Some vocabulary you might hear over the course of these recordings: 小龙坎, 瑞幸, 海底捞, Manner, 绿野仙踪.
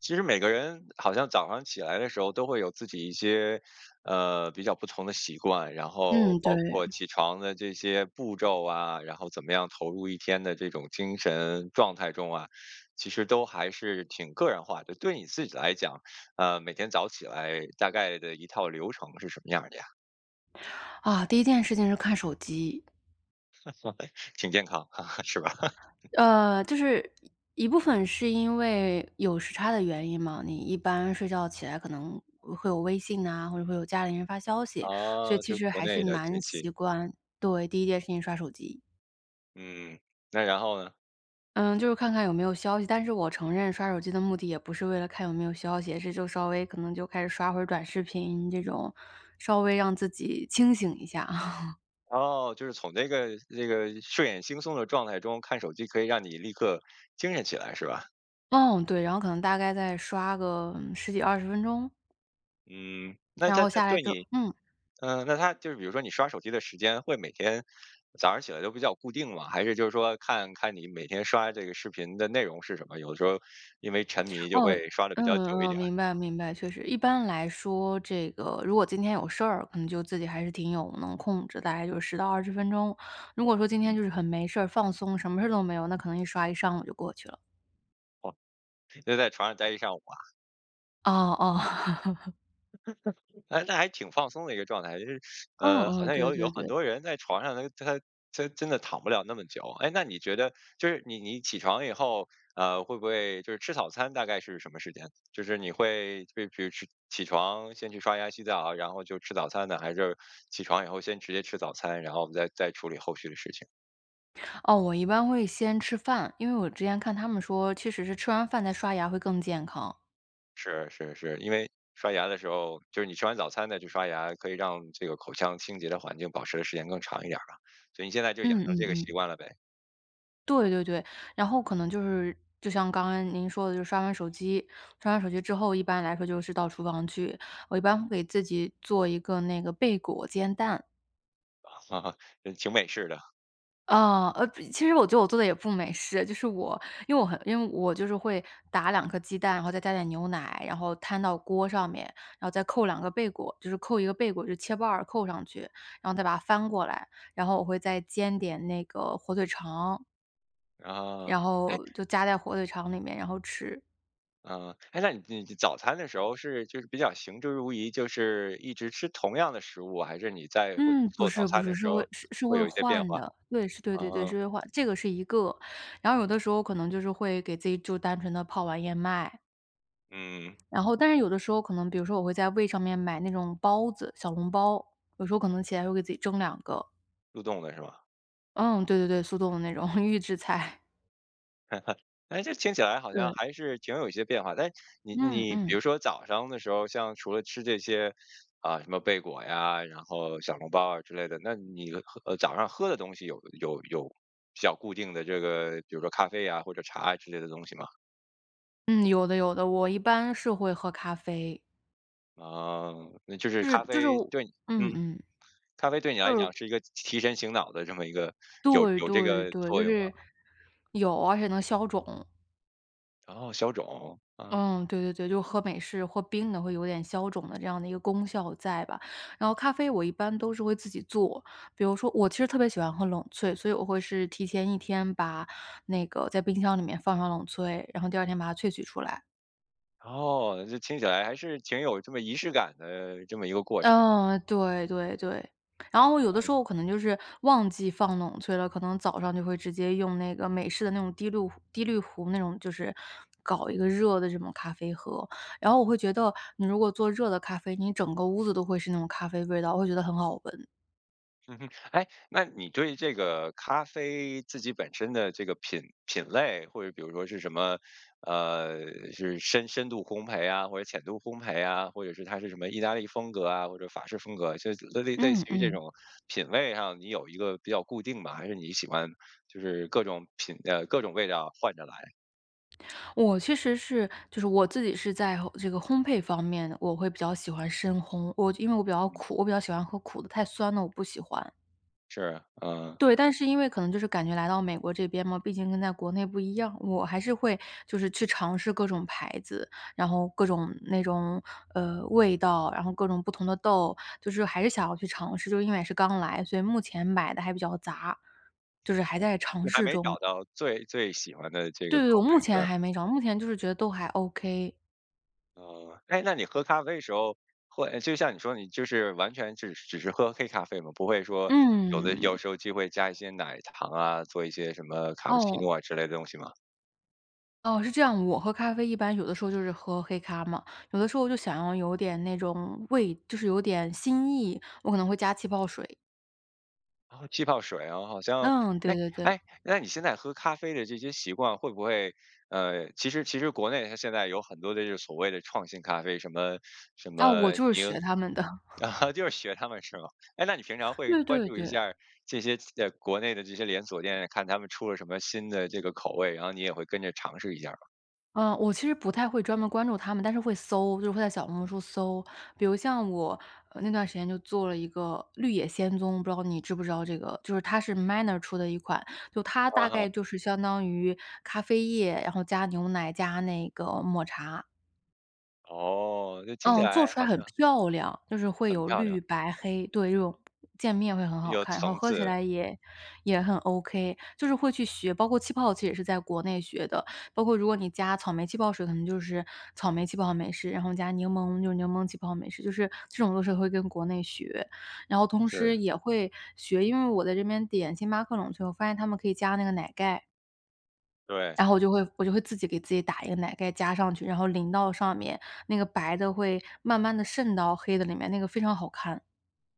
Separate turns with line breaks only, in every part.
其实每个人好像早上起来的时候都会有自己一些，比较不同的习惯，然后
嗯，
包
对。
括起床的这些步骤啊，然后怎么样投入一天的这种精神状态中啊，其实都还是挺个人化的。对你自己来讲，每天早起来大概的一套流程是什么样儿的呀？
啊，第一件事情是看手机。
挺健康，是吧？
就是一部分是因为有时差的原因嘛，你一般睡觉起来可能会有微信呐，或者会有家里人发消息，所以
啊，
其
就
实
国
还是
内的信
蛮
息。
习惯。对，第一件事情刷手机。
嗯，那然后呢？
嗯，就是看看有没有消息，但是我承认刷手机的目的也不是为了看有没有消息，也是就稍微可能就开始刷会儿短视频这种，稍微让自己清醒一下。
哦，就是从这个睡眼惺忪的状态中看手机，可以让你立刻精神起来，是吧？
嗯，对，然后可能大概再刷个，十几二十分钟。
嗯，那
然
它
后
它
下来
对
之后。
你，
嗯，
嗯、那它就是比如说你刷手机的时间会每天早上起来都比较固定吗？还是就是说看看你每天刷这个视频的内容是什么？有的时候因为沉迷就
哦，
会刷比
嗯
较久一一
嗯，
点，
明白明白，确实。一般来说，这个如果今天有事儿，可能就自己还是挺有能控制，大概就是1到二十分钟。如果说今天就是很没事儿，放松，什么事儿都没有，那可能一刷一上午就过去了。
在床上待午。
哦哦，
哎，那还挺放松的一个状态，好
嗯嗯，
像
对
有
对
很
对。
多人在床上他真的躺不了那么久。哎，那你觉得就是你起床以后，会不会就是吃早餐大概是什么时间？就是你会就比如吃起床先去刷牙洗澡，然后就吃早餐呢，还是起床以后先直接吃早餐，然后我们再处理后续的事情？
哦，我一般会先吃饭，因为我之前看他们说，确实是吃完饭再刷牙会更健康。
是是是，因为刷牙的时候，就是你吃完早餐再去刷牙，可以让这个口腔清洁的环境保持的时间更长一点儿吧。所以你现在就养
嗯
成
嗯
这个
嗯。
习惯了呗。
对对对，然后可能就是就像刚刚您说的，刷完手机之后一般来说就是到厨房去，我一般会给自己做一个那个贝果煎蛋。
啊，挺美式的
啊，其实我觉得我做的也不美式，就是我因为我就是会打两颗鸡蛋，然后再加点牛奶，然后摊到锅上面，然后再扣两个贝果，就是扣一个贝果就切半儿扣上去，然后再把它翻过来，然后我会再煎点那个火腿肠，
啊。
然
哎，
后就夹在火腿肠里面，然后吃。
嗯，哎，那你早餐的时候是就是比较行之如仪，就是一直吃同样的食物，还是你在会
嗯，不
做早
是不
餐
是，
的
是
时候
会是
会
会
有一些变
换
化？
的，对，是对对对，
啊，
是会换，这个是一个。然后有的时候可能就是会给自己就单纯的泡碗燕麦，
嗯，
然后但是有的时候可能比如说我会在胃上面买那种包子，小笼包，有时候可能起来会给自己蒸两个。
速冻的是吗？
嗯，对对对，速冻的那种 预制菜，
哎，这听起来好像
对，
还是挺有一些变化。但你
嗯
你比
嗯，
如说早上的时候，像除了吃这些啊、什么贝果呀，然后小笼包啊之类的，那你喝早上喝的东西有比较固定的这个，比如说咖啡啊或者茶啊之类的东西吗？
嗯，有的有的，我一般是会喝咖啡，
啊，那就是
就是
咖
就是
啡
我
对你
嗯
嗯，
嗯，
咖啡对你来
就是
讲是一个提神醒脑的这么一个有
对
有这
对
个
对，
作
就
用
是有，而且能消肿。
然后消肿，啊，
嗯，对对对，就喝美式或冰的会有点消肿的这样的一个功效在吧。然后咖啡我一般都是会自己做，比如说我其实特别喜欢喝冷萃，所以我会是提前一天把那个在冰箱里面放上冷萃，然后第二天把它萃取出来。
哦，这听起来还是挺有这么仪式感的这么一个过程。
嗯，对对对。然后有的时候我可能就是忘记放冷萃了，可能早上就会直接用那个美式的那种滴滤壶那种，就是搞一个热的这种咖啡喝。然后我会觉得你如果做热的咖啡，你整个屋子都会是那种咖啡味道，我会觉得很好闻。
嗯哼，哎，那你对这个咖啡自己本身的这个品类，或者比如说是什么，呃，是深度烘焙啊，或者浅度烘焙啊，或者是它是什么意大利风格啊，或者法式风格，就类类类似
嗯
于这
嗯，
种品味上，你有一个比较固定吧，还是你喜欢就是各种各种味道换着来？
我其实是就是我自己是在这个烘焙方面，我会比较喜欢深烘。我因为我比较苦，我比较喜欢喝苦的，太酸的我不喜欢。
是，嗯、
对，但是因为可能就是感觉来到美国这边嘛，毕竟跟在国内不一样，我还是会就是去尝试各种牌子，然后各种那种，味道，然后各种不同的豆，就是还是想要去尝试，就因为也是刚来，所以目前买的还比较杂，就是还在尝
你还
试
没找
中。
到最喜欢的这
对
个
对
口
我
味
目
是
前
吧？
还没找，目前就是觉得都还 OK。
哦，哎，那你喝咖啡时候会就像你说你就是完全只是喝黑咖啡吗？不会说有的
嗯，
有时候就会加一些奶糖啊，做一些什么卡布奇
哦，
诺啊之类的东西吗？
哦，是这样，我喝咖啡一般有的时候就是喝黑咖嘛，有的时候就想要有点那种味，就是有点新意，我可能会加气泡水。
哦，气泡水啊，好像
嗯，
哎
对对对，
哎，那你现在喝咖啡的这些习惯会不会其实其实国内它现在有很多的这所谓的创新咖啡，什么什
啊，
么
我就是
柠
学他们的，
啊，就是学他们是吗？哎，那你平常 会
对
关
对
注一
对。
下儿这些国内的这些连锁店，看他们出了什么新的这个口味，然后你也会跟着尝试一下儿
嗯，我其实不太会专门关注他们，但是会搜，就是会在小红书搜。比如像我那段时间就做了一个绿野仙踪，不知道你知不知道这个？就是它是 Manner 出的一款，就它
吗？啊
大
哈，
概就是相当于咖啡液，然后加牛奶加那个抹茶，
哦，这听起
嗯，
来
做出
好
来很
像
漂亮，就是会
很
有
漂亮，
绿白黑，对，这种渐面会很好
有
看，然后
层
喝起
次，
来也也很 OK,就是会去学，包括气泡其实也是在国内学的，包括如果你加草莓气泡水，可能就是草莓气泡美式，然后加柠檬就是柠檬气泡美式，就是这种都是会跟国内学，然后同时
是，
也会学，因为我在这边点星巴克冷萃，我发现他们可以加那个奶盖，
对。
然后我就会自己给自己打一个奶盖加上去，然后淋到上面，那个白的会慢慢的渗到黑的里面，那个非常好看。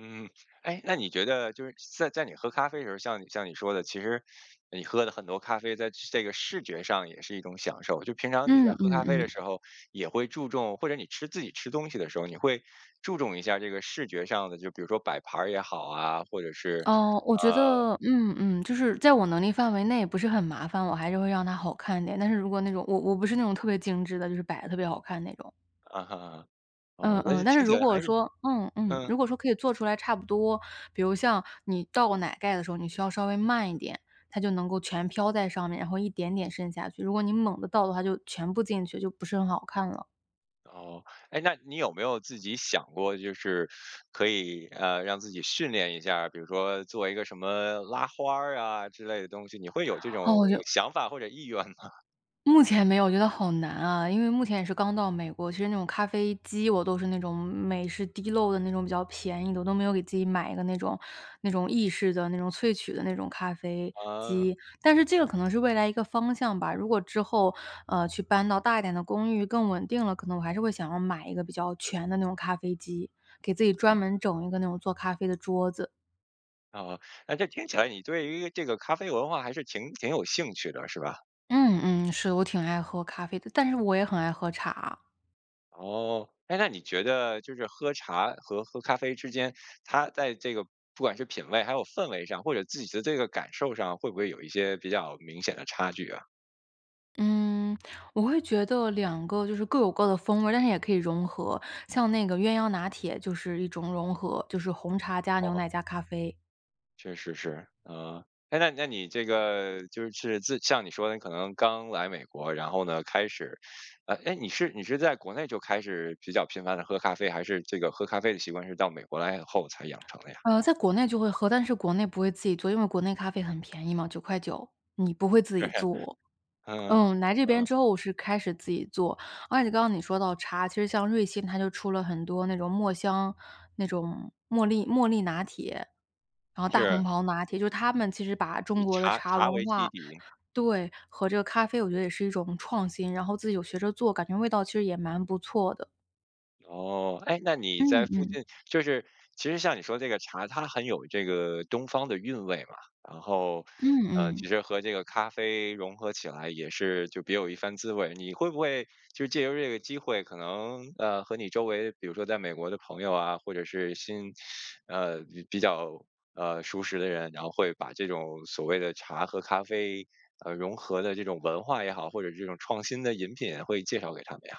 嗯，哎，那你觉得就是在你喝咖啡的时候，像你说的，其实你喝的很多咖啡，在这个视觉上也是一种享受。就平常你在
嗯嗯
喝咖啡的
嗯。
时候，也会注重，或者你吃自己吃东西的时候，你会注重一下这个视觉上的，就比如说摆盘儿也好啊，或者是
哦，我觉
呃
得就是在我能力范围内不是很麻烦，我还是会让它好看一点。但是如果那种我不是那种特别精致的，就是摆的特别好看那种。
啊哈，
嗯
哦，那就
嗯，但是
听起来还是嗯。
如果说可以做出来差不多，比如像你倒奶盖的时候，你需要稍微慢一点，它就能够全飘在上面，然后一点点渗下去。如果你猛的倒的话，就全部进去，就不是很好看了。
哦，哎，那你有没有自己想过，就是可以让自己训练一下儿比如说做一个什么拉花儿啊之类的东西，你会有这
哦，
种
我就
想法或者意愿吗？
目前没有，我觉得好难啊，因为目前也是刚到美国，其实那种咖啡机我都是那种美式滴漏的那种比较便宜的，我都没有给自己买一个那种意式的那种萃取的那种咖啡机。但是这个可能是未来一个方向吧，如果之后，去搬到大一点的公寓更稳定了，可能我还是会想要买一个比较全的那种咖啡机，给自己专门整一个那种做咖啡的桌子。
啊，哦那这听起来你对于这个咖啡文化还是挺有兴趣的，是吧？
嗯嗯，是，我挺爱喝咖啡的，但是我也很爱喝茶啊。
哦，哎，那你觉得就是喝茶和喝咖啡之间，它在这个不管是品味还有氛围上，或者自己的这个感受上，会不会有一些比较明显的差距啊？
嗯，我会觉得两个就是各有各的风味儿但是也可以融合。像那个鸳鸯拿铁就是一种融合，就是红茶加牛
哦。
奶加咖啡。
确实是，嗯，哎，那那你这个就是自像你说的，你可能刚来美国，然后呢，开始，哎，你是在国内就开始比较频繁的喝咖啡，还是这个喝咖啡的习惯是到美国来后才养成的呀？
在国内就会喝，但是国内不会自己做，因为国内咖啡很便宜嘛9块9，你不会 自
对，
己做。
嗯
嗯，来这边
嗯，
之后我是开始自己做，而且刚刚你说到茶，其实像瑞幸它就出了很多那种墨香那种茉莉拿铁，然后大红
是
袍拿铁，就是他们其实把
以
中国的
茶
茶
茶
文
为基
化，
底，
对，和这个咖啡我觉得也是一种创新，然后自己有学着做，感觉味道其实也蛮不错的。
哦，哎，那你
嗯
在附
嗯，
近，就是其实像你说这个茶，它很有这个东方的韵味嘛，然后，
嗯
其
嗯。
实和这个咖啡融合起来也是就别有一番滋味。你会不会就是借由这个机会，可能和你周围，比如说在美国的朋友啊，或者是新，比较熟识的人，然后会把这种所谓的茶和咖啡。融合的这种文化也好，或者这种创新的饮品，会介绍给他们呀。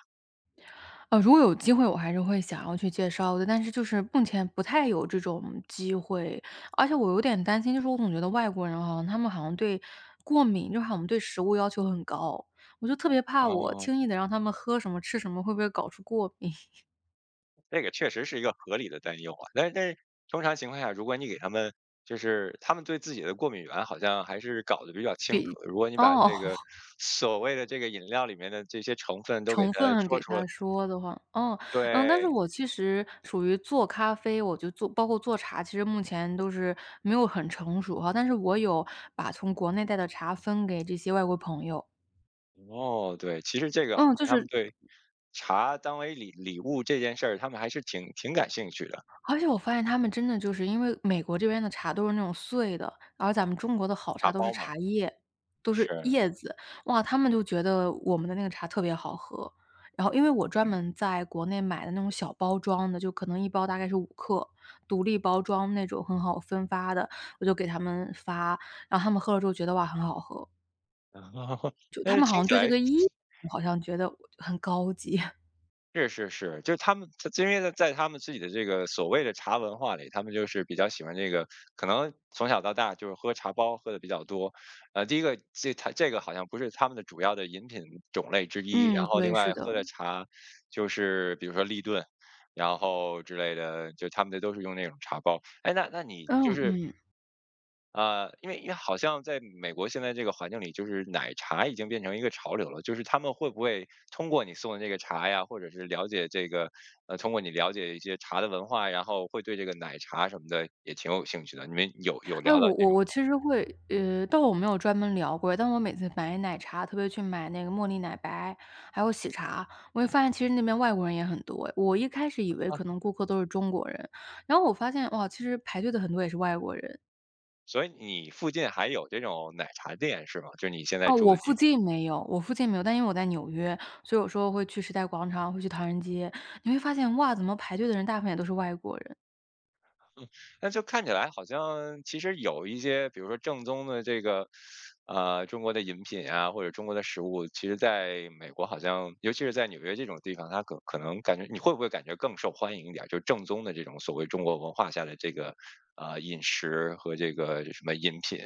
如果有机会我还是会想要去介绍的，但是就是目前不太有这种机会，而且我有点担心，就是我总觉得外国人好像他们好像对过敏，就好像对食物要求很高，我就特别怕我
哦，
轻易的让他们喝什么吃什么，会不会搞出过敏？
这个确实是一个合理的担忧啊，但是但是通常情况下，如果你给他们就是他们对自己的过敏源好像还是搞得比较清
比
楚的。如果你把这
哦，
个所谓的这个饮料里面的这些成分都给
成
它
分
说
给
出来，
他说的话，哦，嗯，但是
对，
我其实属于做咖啡，我就做包括做茶，其实目前都是没有很成熟哈，但是我有把从国内带的茶分给这些外国朋友。
哦，对，其实这个好
嗯，就
像他们
是
对茶当为礼物这件事儿，他们还是挺感兴趣的，
而且我发现他们真的就是因为美国这边的茶都是那种碎的，而咱们中国的好
茶
茶都是
包
茶
嘛，
叶，都是
是，
叶子。哇，他们就觉得我们的那个茶特别好喝。然后因为我专门在国内买的那种小包装的，就可能一包大概是5克，独立包装那种很好分发的，我就给他们发，然后他们喝了之后觉得：“哇，很好喝。”
嗯，
就
但
他
是
们好
听
像
起
对这
来
个叶子好像觉得很高级。
是是是，就是他们，他因为在他们自己的这个所谓的茶文化里，他们就是比较喜欢这个，可能从小到大就是喝茶包喝的比较多。第一个这他这个好像不是他们的主要的饮品种类之一，
嗯，
然后另
对，是
外
的，
喝的茶就是比如说立顿，然后之类的，就他们的都是用那种茶包。哎，那那你
嗯
就是
嗯。
因为因为好像在美国现在这个环境里，就是奶茶已经变成一个潮流了。就是他们会不会通过你送的这个茶呀，或者是了解这个，通过你了解一些茶的文化，然后会对这个奶茶什么的也挺有兴趣的。你们有
哎，
聊到
我
这
我
种，
我其实会，但我没有专门聊过，但我每次买奶茶，特别去买那个茉莉奶白，还有喜茶，我会发现其实那边外国人也很多，哎，我一开始以为可能顾客都是中国人，然后我发现哇，其实排队的很多也是外国人。
所以你附近还有这种奶茶店是吗？就是你现在
哦，
住
我
的地
附
方？
近没有，我附近没有，但因为我在纽约，所以有时候会去时代广场，会去唐人街，你会发现哇，怎么排队的人大部分也都是外国人。
嗯，那就看起来好像其实有一些，比如说正宗的这个，中国的饮品啊，或者中国的食物，其实在美国好像，尤其是在纽约这种地方，它可能感觉你会不会感觉更受欢迎一点儿？就正宗的这种所谓中国文化下的这个，饮食和这个什么饮品，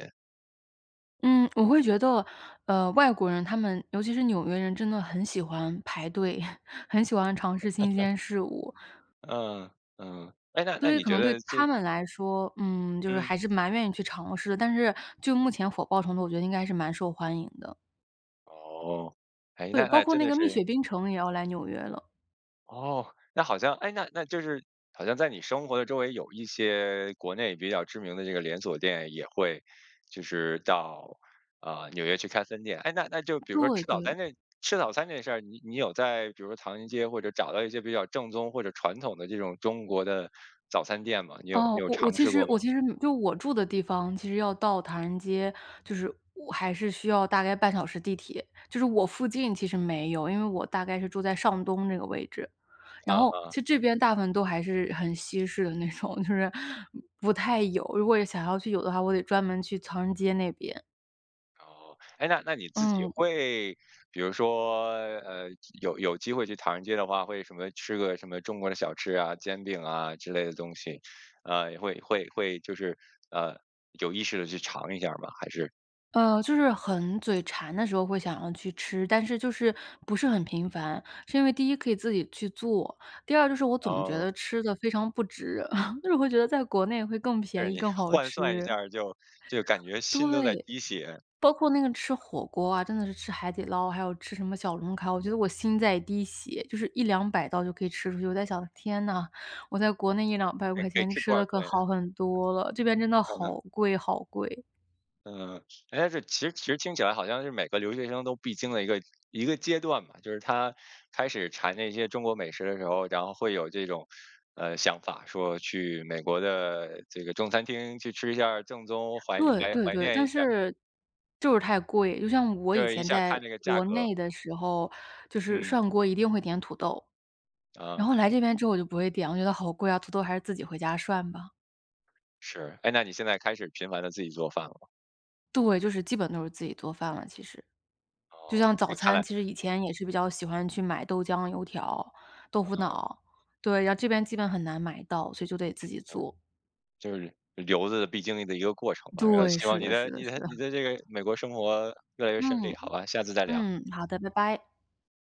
嗯，我会觉得，外国人他们，尤其是纽约人，真的很喜欢排队，很喜欢尝试新鲜事物，
嗯嗯，哎，那那
所以
你
可
觉
能对
得这，
他们来说，嗯，就是
嗯，
还是蛮愿意去尝试的。但是就目前火爆程度，我觉得应该是蛮受欢迎的。
哦，哎，
对，
那
包
那
括
真
那
的
个蜜
是。
雪冰城也要来纽约了。
哦，那好像，哎，那那就是好像在你生活的周围有一些国内比较知名的这个连锁店也会，就是到纽约去开分店。哎，那那就比如说
对对，
吃早餐这事儿，你你有在比如说唐人街或者找到一些比较正宗或者传统的这种中国的早餐店吗？你有你
哦，
有
我我
尝
其
试
实
过吗？
我其实就我住的地方，其实要到唐人街，就是我还是需要大概半小时地铁。就是我附近其实没有，因为我大概是住在上东这个位置。
啊
然后其
啊。
实这边大部分都还是很西式的那种，就是不太有，如果想要去有的话，我得专门去唐人街那边。
哦，哎，那那你自己
嗯，
会，比如说，有有机会去唐人街的话，会什么吃个什么中国的小吃啊、煎饼啊之类的东西，会就是呃有意识的去尝一下吗？还是
就是很嘴馋的时候会想要去吃，但是就是不是很频繁，是因为第一可以自己去做，第二就是我
然
总觉
后
得吃的非常不值，就是会觉得在国内会更便
是
宜、
你
更好
换算一下
吃。
儿就感觉心都在
对。
滴血，
包括那个吃火锅啊，真的是吃海底捞，还有吃什么小龙坎，我觉得我心在滴血，就是一两百刀就可以吃出去。我在想，天呐，我在国内一两百块
可以
钱
吃
吃
多少
的可
顿？
好很多了，这边真的好贵好贵。
嗯，哎，这其实其实听起来好像是每个留学生都必经的一个一个阶段嘛，就是他开始馋那些中国美食的时候，然后会有这种想法，说去美国的这个中餐厅去吃一下儿正宗，
对对
怀
对，
念一
但
下，
是就是太贵，就像我
就
以
是一
前
下
在
看这个价
国
格，
内的时候，就是
嗯
涮锅一定会点土豆，然
啊
后来这边之后我就不会点，我觉得好贵啊，土豆还是自己回家涮吧。
是，哎，那你现在开始频繁的自己做饭了吗？
对，就是基本都是自己做饭了，其实。就
哦，
像早
这看
餐，
来
其实以前也是比较喜欢去买豆浆、油条、豆腐脑，对，然后这边基本很难买到，所以就得自己
嗯
做。
就是留子必经历的一个过程吧，然后
对，
希望
是
你
的
的
是的
你
是
的
的，
你的这个美国生活越来越顺利，
嗯，
好吧，下次再聊。
嗯，好的，拜拜。